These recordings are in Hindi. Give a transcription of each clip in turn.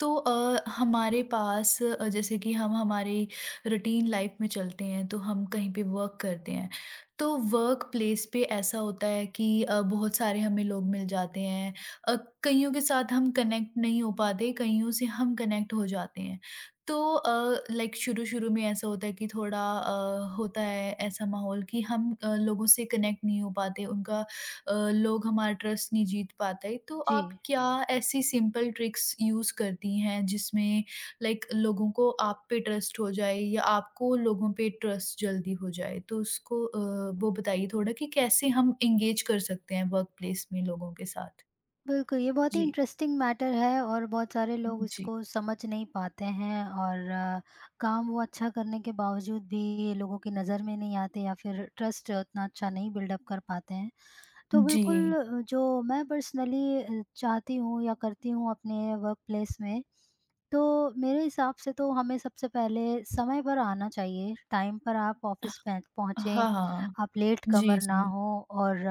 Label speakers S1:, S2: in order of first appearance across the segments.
S1: तो हमारे पास जैसे कि हम हमारी रूटीन लाइफ में चलते हैं तो हम कहीं पे वर्क करते हैं। तो वर्क प्लेस पे ऐसा होता है कि बहुत सारे हमें लोग मिल जाते हैं। अ, कईयों के साथ हम कनेक्ट नहीं हो पाते, कईयों से हम कनेक्ट हो जाते हैं। तो लाइक शुरू शुरू में ऐसा होता है कि थोड़ा होता है ऐसा माहौल कि हम लोगों से कनेक्ट नहीं हो पाते उनका, लोग हमारा ट्रस्ट नहीं जीत पाते। तो
S2: जी,
S1: आप क्या ऐसी सिंपल ट्रिक्स यूज़ करती हैं जिसमें लाइक लोगों को आप पे ट्रस्ट हो जाए या आपको लोगों पे ट्रस्ट जल्दी हो जाए? तो उसको वो बताइए थोड़ा कि कैसे हम एंगेज कर सकते हैं वर्कप्लेस में लोगों के साथ?
S2: बिल्कुल, ये बहुत ही
S1: जी।
S2: इंटरेस्टिंग मैटर है और बहुत सारे लोग
S1: जी।
S2: इसको समझ नहीं पाते हैं और काम वो अच्छा करने के बावजूद भी ये लोगों की नज़र में नहीं आते या फिर ट्रस्ट उतना अच्छा नहीं बिल्डअप कर पाते हैं। तो
S1: जी।
S2: बिल्कुल जो मैं पर्सनली चाहती हूँ या करती हूँ अपने वर्क प्लेस में, तो मेरे हिसाब से तो हमें सबसे पहले समय पर आना चाहिए, टाइम पर आप ऑफ़िस पे पहुँचें,
S1: हाँ, हाँ।
S2: आप लेट
S1: जी,
S2: कमर ना
S1: जी।
S2: हों और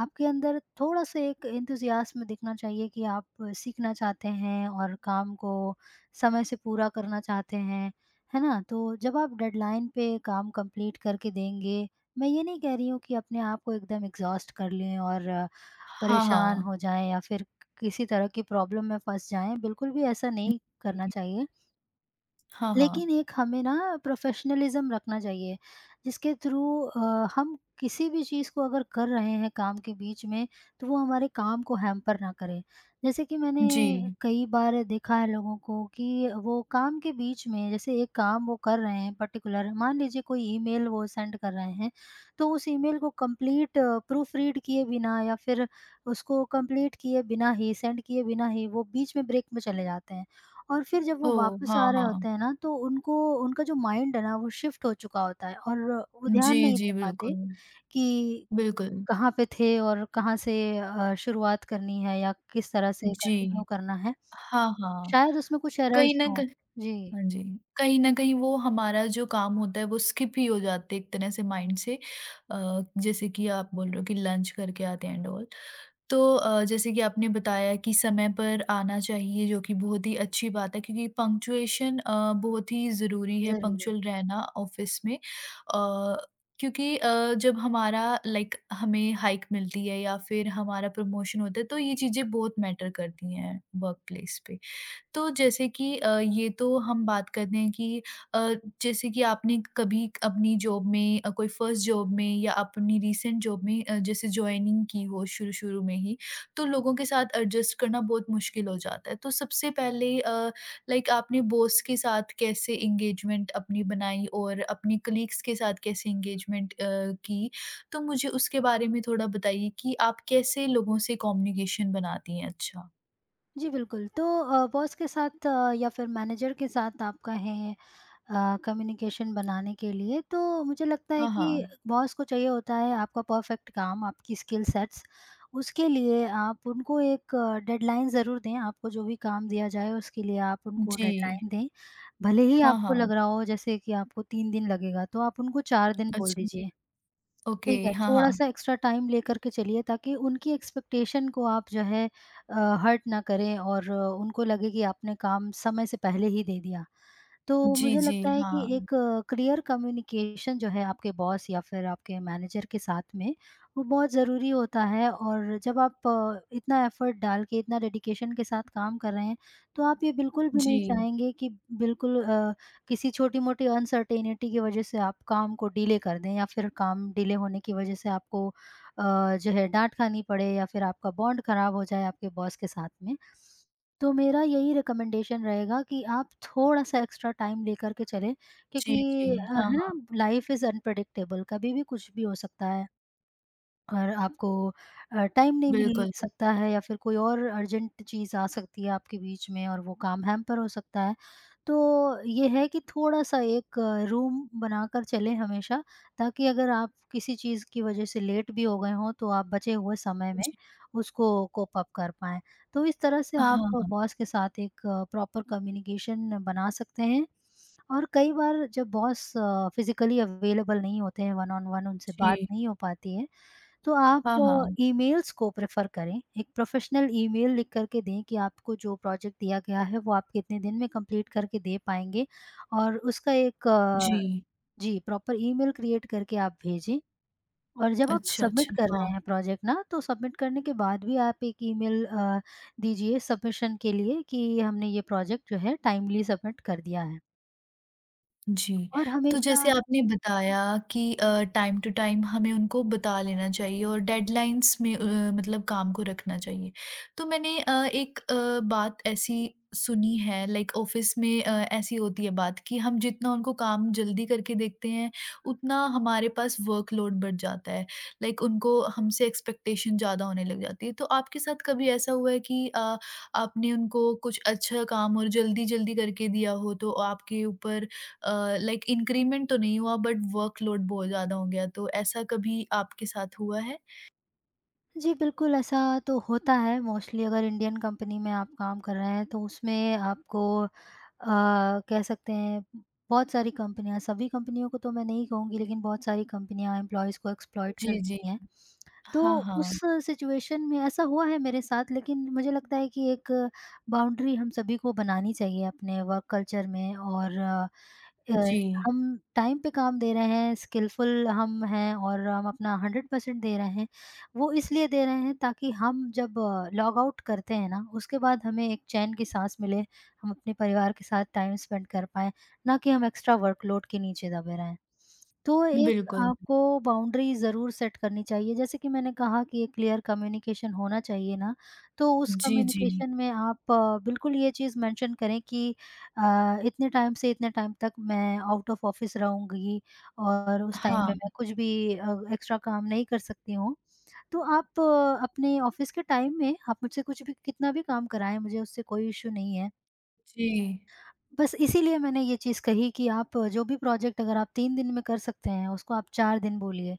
S2: आपके अंदर थोड़ा-सा एक एंथुसियास्म दिखना चाहिए कि आप सीखना चाहते हैं और काम को समय से पूरा करना चाहते हैं, है ना? तो जब आप डेडलाइन पे काम कंप्लीट करके देंगे, मैं ये नहीं कह रही हूँ कि अपने आप को एकदम एग्ज़ॉस्ट कर लें और
S1: हाँ,
S2: परेशान
S1: हाँ।
S2: हो जाएँ या फिर किसी तरह की प्रॉब्लम में फँस जाएँ। बिल्कुल भी ऐसा नहीं करना
S1: जी।
S2: चाहिए।
S1: हाँ, हाँ।
S2: लेकिन एक हमें ना प्रोफेशनलिज्म रखना चाहिए, जिसके थ्रू हम किसी भी चीज़ को अगर कर रहे हैं काम के बीच में, तो वो हमारे काम को हैम्पर ना करे। जैसे कि मैंने
S1: जी।
S2: कई बार देखा है लोगों को कि वो काम के बीच में, जैसे एक काम वो कर रहे हैं पर्टिकुलर, मान लीजिए कोई ईमेल वो सेंड कर रहे हैं, तो उस ईमेल को कंप्लीट प्रूफ रीड किए बिना या फिर उसको कंप्लीट किए बिना ही, सेंड किए बिना ही वो बीच में ब्रेक में चले जाते हैं। और फिर जब वो
S1: ओह!
S2: वापस आ
S1: हाँ,
S2: रहे
S1: हाँ।
S2: होते हैं ना, तो उनको, उनका जो माइंड है ना, वो शिफ्ट हो चुका होता है और वो
S1: जी,
S2: ध्यान नहीं
S1: जी,
S2: दे पाते
S1: बिल्कुल।
S2: कि
S1: बिल्कुल।
S2: कहाँ पे थे और कहाँ से शुरुआत करनी है या किस तरह से
S1: जी।
S2: कंटिन्यू करना है।
S1: हाँ, हाँ।
S2: शायद उसमें कुछ
S1: कहीं
S2: एरर्स
S1: न
S2: हों।
S1: कहीं
S2: जी,
S1: हाँ जी। कहीं न कहीं वो हमारा जो काम होता है वो स्किप ही हो जाते हैं एक तरह से माइंड से। जैसे कि आप बोल रहे हो कि लंच करके आते हैं एंड ऑल। तो जैसे कि आपने बताया कि समय पर आना चाहिए जो कि बहुत ही अच्छी बात है, क्योंकि पंक्चुएशन बहुत ही ज़रूरी है,
S2: ज़रूर।
S1: पंक्चुअल रहना ऑफ़िस में। क्योंकि जब हमारा लाइक हमें हाइक मिलती है या फिर हमारा प्रमोशन होता है तो ये चीज़ें बहुत मैटर करती हैं वर्क प्लेस पे। तो जैसे कि ये तो हम बात करते हैं कि अ, जैसे कि आपने कभी अपनी जॉब में कोई फर्स्ट जॉब में या अपनी रीसेंट जॉब में, जैसे जॉइनिंग की हो शुरू शुरू में ही, तो लोगों के साथ एडजस्ट करना बहुत मुश्किल हो जाता है। तो सबसे पहले लाइक आपने बॉस के साथ कैसे इंगेजमेंट अपनी बनाई और अपने कलीग्स के साथ कैसे इंगेजमेंट की, तो मुझे उसके बारे में थोड़ा बताइए कि आप कैसे लोगों से कम्युनिकेशन बनाती हैं अच्छा।
S2: जी, बिल्कुल। तो बॉस के साथ या फिर मैनेजर के साथ आपका है, कम्युनिकेशन बनाने के लिए, तो मुझे लगता है
S1: हाँ हाँ।
S2: कि बॉस को चाहिए होता है आपका परफेक्ट काम, आपकी स्किल सेट्स। उसके लिए आप उनको एक डेडलाइन ज़रूर दें, आपको जो भी काम दिया जाए उसके लिए आप उनको
S1: जी।
S2: डेडलाइन दें। भले ही
S1: हाँ,
S2: आपको
S1: हाँ।
S2: लग रहा हो जैसे कि आपको 3 दिन लगेगा, तो आप उनको 4 दिन बोल
S1: अच्छा,
S2: दीजिए,
S1: ओके,
S2: ठीक है?
S1: हाँ, हाँ।
S2: थोड़ा-सा एक्स्ट्रा टाइम लेकर के चलिए, ताकि उनकी एक्सपेक्टेशन को आप जो है अ, हर्ट ना करें और उनको लगे कि आपने काम समय से पहले ही दे दिया। तो
S1: जी,
S2: मुझे
S1: जी,
S2: लगता है कि
S1: हाँ।
S2: एक क्लियर कम्युनिकेशन जो है आपके बॉस या फिर आपके मैनेजर के साथ में, वो बहुत ज़रूरी होता है। और जब आप इतना एफर्ट डाल के, इतना डेडिकेशन के साथ काम कर रहे हैं, तो आप ये बिल्कुल भी नहीं
S1: जी,
S2: चाहेंगे कि बिल्कुल किसी छोटी मोटी अनसर्टेनिटी की वजह से आप काम को डिले कर दें या फिर काम डिले होने की वजह से आपको जो है डांट खानी पड़े या फिर आपका बॉन्ड खराब हो जाए आपके बॉस के साथ में। तो मेरा यही रिकमेंडेशन रहेगा कि आप थोड़ा-सा एक्स्ट्रा टाइम लेकर के चलें,
S1: जी, जी,
S2: क्योंकि
S1: हाँ,
S2: है
S1: हाँ,
S2: ना, लाइफ इज़ अनप्रेडिक्टेबल, कभी भी कुछ भी हो सकता है। और आपको टाइम नहीं मिल
S1: बिल्कुल।
S2: सकता है या फिर कोई और अर्जेंट चीज़ आ सकती है आपके बीच में और वो काम हैम्पर हो सकता है। तो ये है कि थोड़ा-सा एक रूम बनाकर चलें हमेशा, ताकि अगर आप किसी चीज़ की वज़ह से लेट भी हो गए हों, तो आप बचे हुए समय में
S1: जी,
S2: उसको कोप अप कर पाएँ। तो इस तरह से आप
S1: हाँ, हाँ,
S2: बॉस के साथ एक प्रॉपर कम्युनिकेशन बना सकते हैं। और कई बार जब बॉस फिज़िकली अवेलेबल नहीं होते हैं, वन ऑन वन उनसे बात
S1: जी,
S2: नहीं हो पाती है, तो
S1: हाँ,
S2: आप
S1: हाँ,
S2: ईमेल्स को प्रेफ़र करें, एक प्रोफ़ेशनल ईमेल लिख कर के दें कि आपको जो प्रोजेक्ट दिया गया है वो आप कितने दिन में कंप्लीट करके दे पाएँगे। और उसका एक
S1: जी।
S2: जी, प्रॉपर ईमेल क्रिएट करके आप भेजें। और जब आप
S1: अच्छा,
S2: सबमिट
S1: अच्छा,
S2: कर रहे
S1: हाँ।
S2: हैं प्रोजेक्ट ना, तो सबमिट करने के बाद भी आप एक ईमेल दीजिए सबमिशन के लिए कि हमने ये प्रोजेक्ट जो है टाइमली सबमिट कर दिया है।
S1: जी।
S2: और
S1: तो
S2: हमेशा
S1: जैसे आपने बताया कि टाइम टू टाइम हमें उनको बता लेना चाहिए और डेडलाइंस में मतलब काम को रखना चाहिए। तो मैंने एक बात ऐसी सुनी है लाइक ऑफ़िस में ऐसी होती है बात कि हम जितना उनको काम जल्दी करके देखते हैं, उतना हमारे पास वर्कलोड बढ़ जाता है। लाइक उनको हमसे एक्सपेक्टेशन ज़्यादा होने लग जाती है। तो आपके साथ कभी ऐसा हुआ है कि आपने उनको कुछ अच्छा काम और जल्दी-जल्दी करके दिया हो तो आपके ऊपर लाइक इंक्रीमेंट तो नहीं हुआ बट वर्कलोड बहुत ज़्यादा हो गया, तो ऐसा कभी आपके साथ हुआ है?
S2: जी, बिल्कुल ऐसा तो होता है। मोस्टली अगर इंडियन कंपनी में आप काम कर रहे हैं, तो उसमें आपको कह सकते हैं, बहुत सारी कंपनियाँ, सभी कंपनियों को तो मैं नहीं कहूँगी लेकिन बहुत सारी कंपनियाँ एम्प्लॉइज़ को एक्सप्लॉइट
S1: जी, जी।
S2: करती हैं। तो
S1: हाँ, हाँ।
S2: उस सिचुएशन में ऐसा हुआ है मेरे साथ, लेकिन मुझे लगता है कि एक बाउंड्री हम सभी को बनानी चाहिए अपने वर्क कल्चर में। और अ,
S1: जी,
S2: हम टाइम पे काम दे रहे हैं, स्किलफुल हम हैं और हम अपना 100% दे रहे हैं। वो इसलिए दे रहे हैं, ताकि हम जब लॉग आउट करते हैं ना, उसके बाद हमें एक चैन की साँस मिले, हम अपने परिवार के साथ टाइम स्पेंड कर पाएँ, ना कि हम एक्स्ट्रा वर्कलोड के नीचे दबे रहें। तो एक
S1: बिल्कुल।
S2: आपको बाउंड्री ज़रूर सेट करनी चाहिए। जैसे कि मैंने कहा कि एक क्लियर कम्युनिकेशन होना चाहिए ना, तो उस
S1: जी, जी।
S2: कम्युनिकेशन में आप बिल्कुल ये चीज़ मेंशन करें कि इतने टाइम से इतने टाइम तक मैं आउट ऑफ ऑफिस रहूँगी और उस टाइम में
S1: हाँ,
S2: मैं कुछ भी एक्स्ट्रा काम नहीं कर सकती हूँ। तो आप अपने ऑफिस के टाइम में आप मुझसे कुछ भी, कितना भी काम कराएँ, मुझे उससे कोई इश्यू नहीं है।
S1: जी।
S2: बस इसीलिए मैंने ये चीज़ कही कि आप जो भी प्रोजेक्ट, अगर आप 3 दिन में कर सकते हैं, उसको आप 4 दिन बोलिए,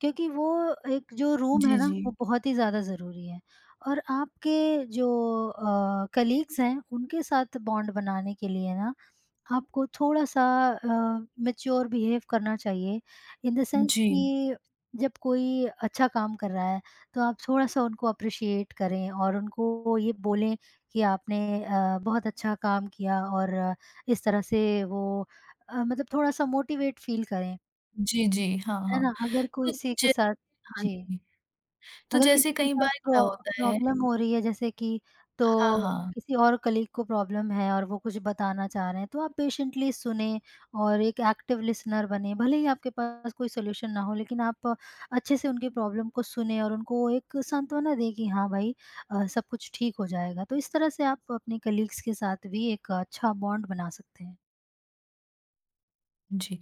S2: क्योंकि वो एक जो रूम है
S1: जी,
S2: ना,
S1: जी।
S2: वो बहुत ही ज़्यादा ज़रूरी है। और आपके जो कलीग्स हैं, उनके साथ बॉन्ड बनाने के लिए ना आपको थोड़ा-सा मैच्योर बिहेव करना चाहिए, इन द सेंस
S1: जी।
S2: कि जब कोई अच्छा काम कर रहा है, तो आप थोड़ा-सा उनको अप्रिशिएट करें और उनको ये बोलें कि आपने बहुत अच्छा काम किया और इस तरह से वो मतलब थोड़ा-सा मोटिवेट फील करें,
S1: जी, जी। हाँ,
S2: है
S1: हाँ।
S2: ना? अगर कोई
S1: तो
S2: इसी के
S1: जै
S2: साथ
S1: हाँ
S2: जी।
S1: जी। तो
S2: अगर
S1: जैसे
S2: किसी के
S1: कई
S2: साथ
S1: बार क्या होता है।
S2: प्रॉब्लम हो रही है, जैसे कि, तो
S1: हाँ, हाँ।
S2: किसी और कलीग को प्रॉब्लम है और वो कुछ बताना चाह रहे हैं, तो आप पेशेंटली सुनें और एक एक्टिव लिसनर बनें। भले ही आपके पास कोई सॉल्यूशन ना हो लेकिन आप अच्छे से उनकी प्रॉब्लम को सुनें और उनको एक सांत्वना दें कि हाँ भाई, सब कुछ ठीक हो जाएगा। तो इस तरह से आप अपने कलीग्स के साथ भी एक अच्छा बॉन्ड बना सकते हैं।
S1: जी।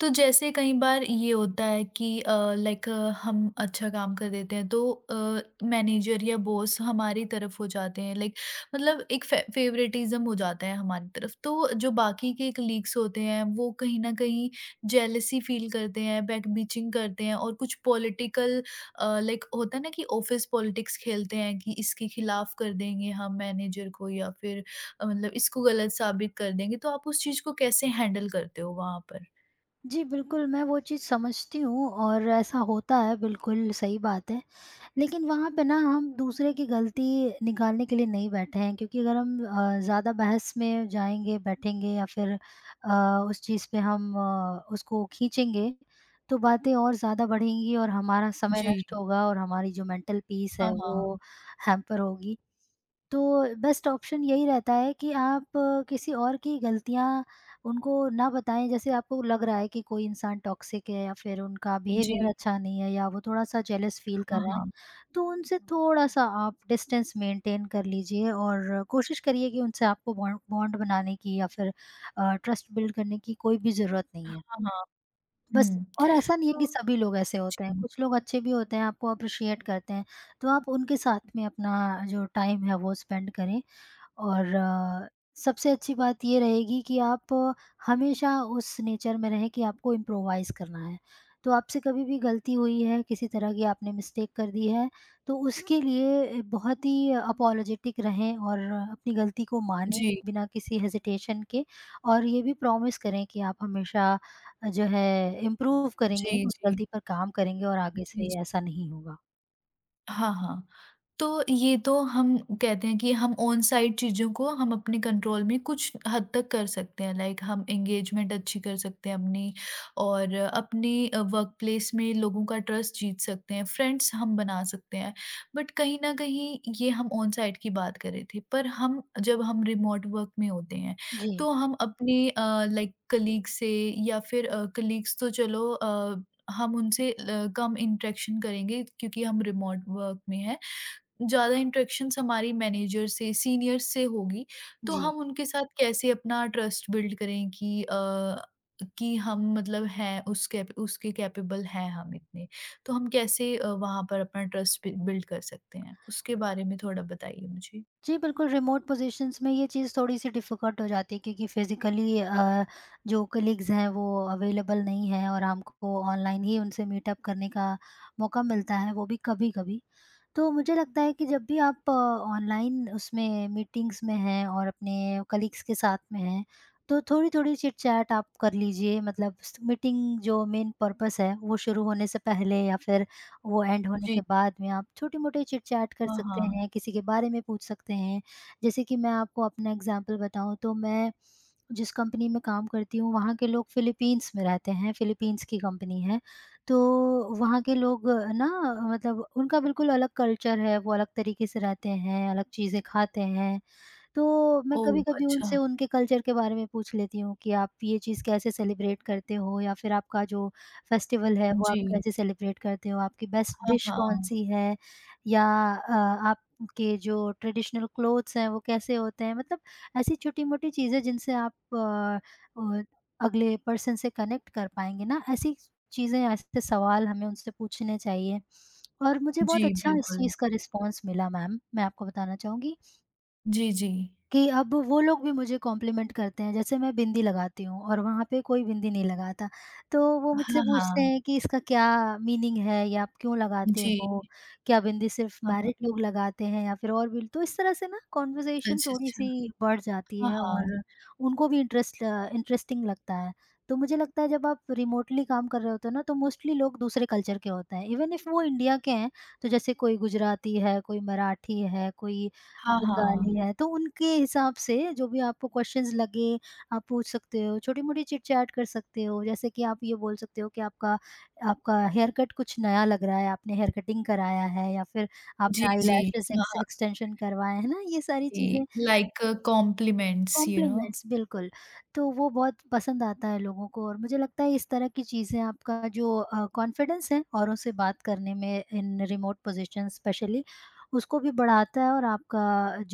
S1: तो जैसे कई बार ये होता है कि लाइक हम अच्छा काम कर देते हैं तो मैनेजर या बॉस हमारी तरफ हो जाते हैं, लाइक मतलब एक फे फेवरेटिज्म हो जाता है हमारी तरफ। तो जो बाकी के कलीग्स होते हैं वो कहीं न कहीं जेलसी फील करते हैं, बैकबीचिंग करते हैं और कुछ पॉलिटिकल लाइक होता है ना कि ऑफ़िस पॉलिटिक्स खेलते हैं कि इसके खिलाफ कर देंगे हम मैनेजर को या फिर मतलब इसको गलत साबित कर देंगे, तो आप उस चीज़ को कैसे हैंडल करते हो वहाँ पर?
S2: जी, बिल्कुल, मैं वो चीज़ समझती हूँ और ऐसा होता है, बिल्कुल सही बात है। लेकिन वहाँ पे ना, हम दूसरे की गलती निकालने के लिए नहीं बैठे हैं, क्योंकि अगर हम ज़्यादा बहस में जाएँगे, बैठेंगे या फिर उस चीज़ पे हम उसको खींचेंगे, तो बातें और ज़्यादा बढ़ेंगी और हमारा समय
S1: जी,
S2: नष्ट होगा और हमारी जो मेंटल पीस
S1: हाँ,
S2: है
S1: हाँ।
S2: वो हैम्पर होगी। तो बेस्ट ऑप्शन यही रहता है कि आप किसी और की गलतियाँ उनको ना बताएँ। जैसे आपको लग रहा है कि कोई इंसान टॉक्सिक है या फिर उनका बिहेवियर
S1: जी,
S2: अच्छा नहीं है या वो थोड़ा-सा जेलस फील कर
S1: हाँ,
S2: रहा है,
S1: हाँ,
S2: तो उनसे थोड़ा-सा आप डिस्टेंस मेंटेन कर लीजिए और कोशिश करिए कि उनसे आपको बॉन्ड बॉन्ड बनाने की या फिर ट्रस्ट बिल्ड करने की कोई भी ज़रूरत
S1: हाँ,
S2: नहीं है।
S1: हाँ।
S2: बस,
S1: हुँ,
S2: और ऐसा नहीं है
S1: तो
S2: कि सभी लोग ऐसे होते हैं,
S1: जी,
S2: कुछ लोग अच्छे भी होते हैं, आपको अप्रिशिएट करते हैं, तो आप उनके साथ में अपना जो टाइम है वो स्पेंड करें। और सबसे अच्छी बात ये रहेगी कि आप हमेशा उस नेचर में रहें कि आपको इम्प्रोवाइज़ करना है। तो आपसे कभी भी गलती हुई है, किसी तरह की आपने मिस्टेक कर दी है, तो उसके लिए बहुत ही अपॉलोजेटिक रहें और अपनी गलती को मानें
S1: जी,
S2: बिना किसी हेजिटेशन के। और ये भी प्रॉमिस करें कि आप हमेशा जो है इम्प्रूव करेंगे,
S1: जी,
S2: उस
S1: जी,
S2: गलती पर काम करेंगे और आगे
S1: जी,
S2: से
S1: जी।
S2: ऐसा नहीं होगा।
S1: हाँ, हाँ। तो ये तो हम कहते हैं कि हम ऑन साइट चीज़ों को हम अपने कंट्रोल में कुछ हद तक कर सकते हैं, लाइक हम एंगेजमेंट अच्छी कर सकते हैं अपनी, और अपने वर्क प्लेस में लोगों का ट्रस्ट जीत सकते हैं, फ्रेंड्स हम बना सकते हैं। बट कहीं ना कहीं ये हम ऑन साइट की बात कर रहे थे, पर हम जब हम रिमोट वर्क में होते हैं
S2: जी,
S1: तो हम अपने लाइक कलीग से या फिर कलीग्स तो चलो, हम उनसे कम इंटरेक्शन करेंगे क्योंकि हम रिमोट वर्क में हैं। ज़्यादा इंटरेक्शंस हमारी मैनेजर से, सीनियर्स से होगी, तो
S2: जी।
S1: हम उनके साथ कैसे अपना ट्रस्ट बिल्ड करें कि कि हम मतलब हैं उस कैप उसके कैपेबल हैं हम इतने। तो हम कैसे वहाँ पर अपना ट्रस्ट बि बिल्ड कर सकते हैं? उसके बारे में थोड़ा बताइए मुझे।
S2: जी, बिल्कुल, रिमोट पोज़ीशंस में ये चीज़ थोड़ी-सी डिफ़िकल्ट हो जाती है, क्योंकि फ़िज़िकली जो कलीग्स हैं वो अवेलेबल नहीं हैं और हमको ऑनलाइन ही उनसे मीटअप करने का मौका मिलता है, वो भी कभी-कभी। तो मुझे लगता है कि जब भी आप ऑनलाइन उसमें मीटिंग्स में हैं और अपने कलीग्स के साथ में हैं, तो थोड़ी-थोड़ी चिट-चैट आप कर लीजिए, मतलब स मीटिंग जो मेन पर्पस है वो शुरू होने से पहले या फिर वो एंड होने
S1: जी।
S2: के बाद में आप छोटी-मोटी चिट-चैट कर
S1: हाँ,
S2: सकते
S1: हाँ।
S2: हैं, किसी के बारे में पूछ सकते हैं। जैसे कि मैं आपको अपना एग्ज़ाम्पल बताऊँ, तो मैं जिस कंपनी में काम करती हूँ, वहाँ के लोग फ़िलीपींस में रहते हैं, फ़िलीपींस की कंपनी है। तो वहाँ के लोग ना, मतलब उनका बिल्कुल अलग कल्चर है, वो अलग तरीके से रहते हैं, अलग चीज़ें खाते हैं। तो मैं
S1: ओह!
S2: कभी-कभी
S1: अच्छा।
S2: उनसे उनके कल्चर के बारे में पूछ लेती हूँ कि आप ये चीज़ कैसे सेलिब्रेट करते हो या फिर आपका जो फेस्टिवल है वो
S1: जी।
S2: आप कैसे सेलिब्रेट करते हो? आपकी बेस्ट
S1: हाँ,
S2: डिश
S1: हाँ।
S2: कौन-सी है या अ, आपके जो ट्रेडिशनल क्लोथ्स हैं वो कैसे होते हैं? मतलब ऐसी छोटी-मोटी चीज़ें जिनसे आप और अगले पर्सन से कनेक्ट कर पाएँगे ना, ऐसी चीज़ें, ऐसे सवाल हमें उनसे पूछने चाहिए। और मुझे
S1: जी,
S2: बहुत अच्छा इस
S1: बिल्कुल।
S2: चीज़ का रिस्पॉन्स मिला, मैम, मैं आपको बताना चाहूँगी
S1: जी, जी।
S2: कि अब वो लोग भी मुझे कॉम्प्लीमेंट करते हैं। जैसे मैं बिंदी लगाती हूँ और वहाँ पे कोई बिंदी नहीं लगाता। तो वो मुझसे
S1: हाँ,
S2: पूछते
S1: हाँ।
S2: हैं कि इसका क्या मीनिंग है या आप क्यों लगाते
S1: जी।
S2: हो? क्या बिंदी सिर्फ़
S1: हाँ, हाँ।
S2: मैरिड लोग लगाते हैं या फिर और भी? तो इस तरह से ना, कन्वर्सेशन
S1: अच्छा, अच्छा।
S2: थोड़ी-सी बढ़ जाती
S1: हाँ,
S2: है
S1: हाँ।
S2: और उनको भी इंटरेस्टिंग लगता है। तो मुझे लगता है जब आप रिमोटली काम कर रहे होते हो ना, तो मोस्टली लोग दूसरे कल्चर के होते हैं। इवन इफ वो इंडिया के हैं, तो जैसे कोई गुजराती है, कोई मराठी है, कोई
S1: हाँ, हाँ।
S2: बंगाली है, तो उनके हिसाब से जो भी आपको क्वेश्चंस लगे, आप पूछ सकते हो, छोटी-मोटी चिट-चैट कर सकते हो। जैसे कि आप ये बोल सकते हो कि आपका आपका हेयर कट कुछ नया लग रहा है, आपने हेयर कटिंग कराया है या फिर
S1: जी,
S2: आपने
S1: जी।
S2: आईलैशेज़
S1: हाँ।
S2: एक्सटेंशन करवाए हैं ना, ये सारी चीज़ें
S1: Okay, like, compliments, you know?
S2: Compliments, बिल्कुल, तो वो बहुत पसंद आता है लोगों को। और मुझे लगता है इस तरह की चीज़ें आपका जो कॉन्फिडेंस है औरों से बात करने में, इन रिमोट पोज़ीशन स्पेशली, उसको भी बढ़ाता है और आपका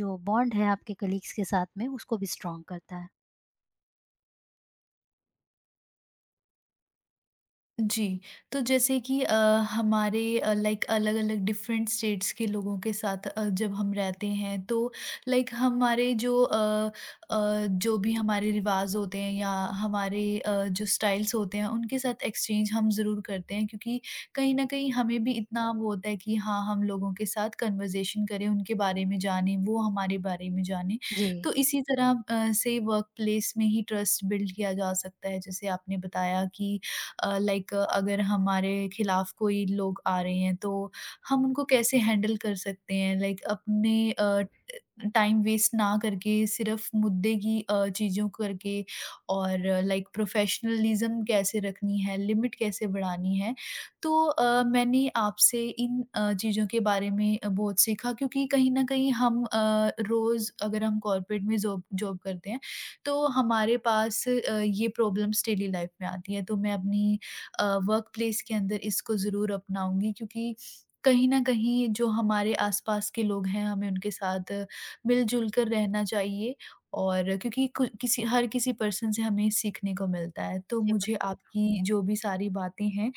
S2: जो बॉन्ड है आपके कलीग्स के साथ में उसको भी स्ट्रॉन्ग करता है।
S1: जी। तो जैसे कि हमारे लाइक अलग-अलग डिफरेंट स्टेट्स के लोगों के साथ जब हम रहते हैं तो लाइक हमारे जो अ अ, जो भी हमारे रिवाज़ होते हैं या हमारे जो स्टाइल्स होते हैं उनके साथ एक्सचेंज हम ज़रूर करते हैं, क्योंकि कहीं न कहीं हमें भी इतना वो होता है कि हाँ, हम लोगों के साथ कन्वर्सेशन करें, उनके बारे में जानें, वो हमारे बारे में जानें।
S2: जी।
S1: तो इसी तरह से वर्क प्लेस में ही ट्रस्ट बिल्ड किया जा सकता है। जैसे आपने बताया कि लाइक अगर हमारे खिलाफ कोई लोग आ रहे हैं तो हम उनको कैसे हैंडल कर सकते हैं, लाइक अपने टाइम वेस्ट ना करके, सिर्फ मुद्दे की चीज़ों करके, और लाइक प्रोफेशनलिज्म कैसे रखनी है, लिमिट कैसे बढ़ानी है। तो मैंने आपसे इन चीज़ों के बारे में बहुत सीखा, क्योंकि कहीं न कहीं हम रोज़ अगर हम कॉर्पोरेट में जॉब जॉब करते हैं, तो हमारे पास ये प्रॉब्लम्स डेली लाइफ में आती हैं। तो मैं अपनी वर्क प्लेस के अंदर इसको ज़रूर अपनाऊँगी, क्योंकि कहीं न कहीं जो हमारे आस-पास के लोग हैं, हमें उनके साथ मिल-जुल कर रहना चाहिए, और क्योंकि कु किसी हर किसी पर्सन से हमें सीखने को मिलता है। तो
S2: जी।
S1: मुझे आपकी जो भी सारी बातें हैं,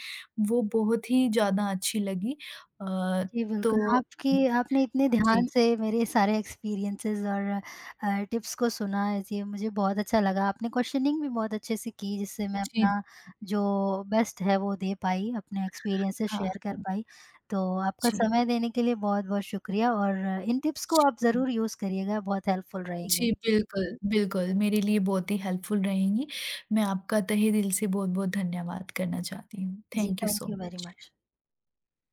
S1: वो बहुत ही ज़्यादा अच्छी लगी। अ,
S2: जी,
S1: तो
S2: बिल्कुल, आपकी, आपने इतने
S1: जी,
S2: ध्यान से मेरे सारे एक्सपीरियंसेस और टिप्स को सुना है जी, मुझे बहुत अच्छा लगा। आपने क्वेश्चनिंग भी बहुत अच्छे से की, जिससे मैं
S1: जी।
S2: अपना जो बेस्ट है वो दे पाई, अपने एक्सपीरियंसेस
S1: हाँ,
S2: शेयर कर
S1: हाँ।
S2: पाई। तो आपका
S1: जी,
S2: समय देने के लिए बहुत-बहुत शुक्रिया और इन टिप्स को आप
S1: जी।
S2: ज़रूर यूज़ करिएगा, बहुत हेल्पफुल रहेंगे।
S1: जी, बिल्कुल, बिल्कुल। मेरे लिए बहुत ही हेल्पफुल रहेंगी। मैं आपका तहे दिल से बहुत-बहुत धन्यवाद करना चाहती हूँ।
S2: जी,
S1: thank you so
S2: thank you very
S1: much.
S2: Much.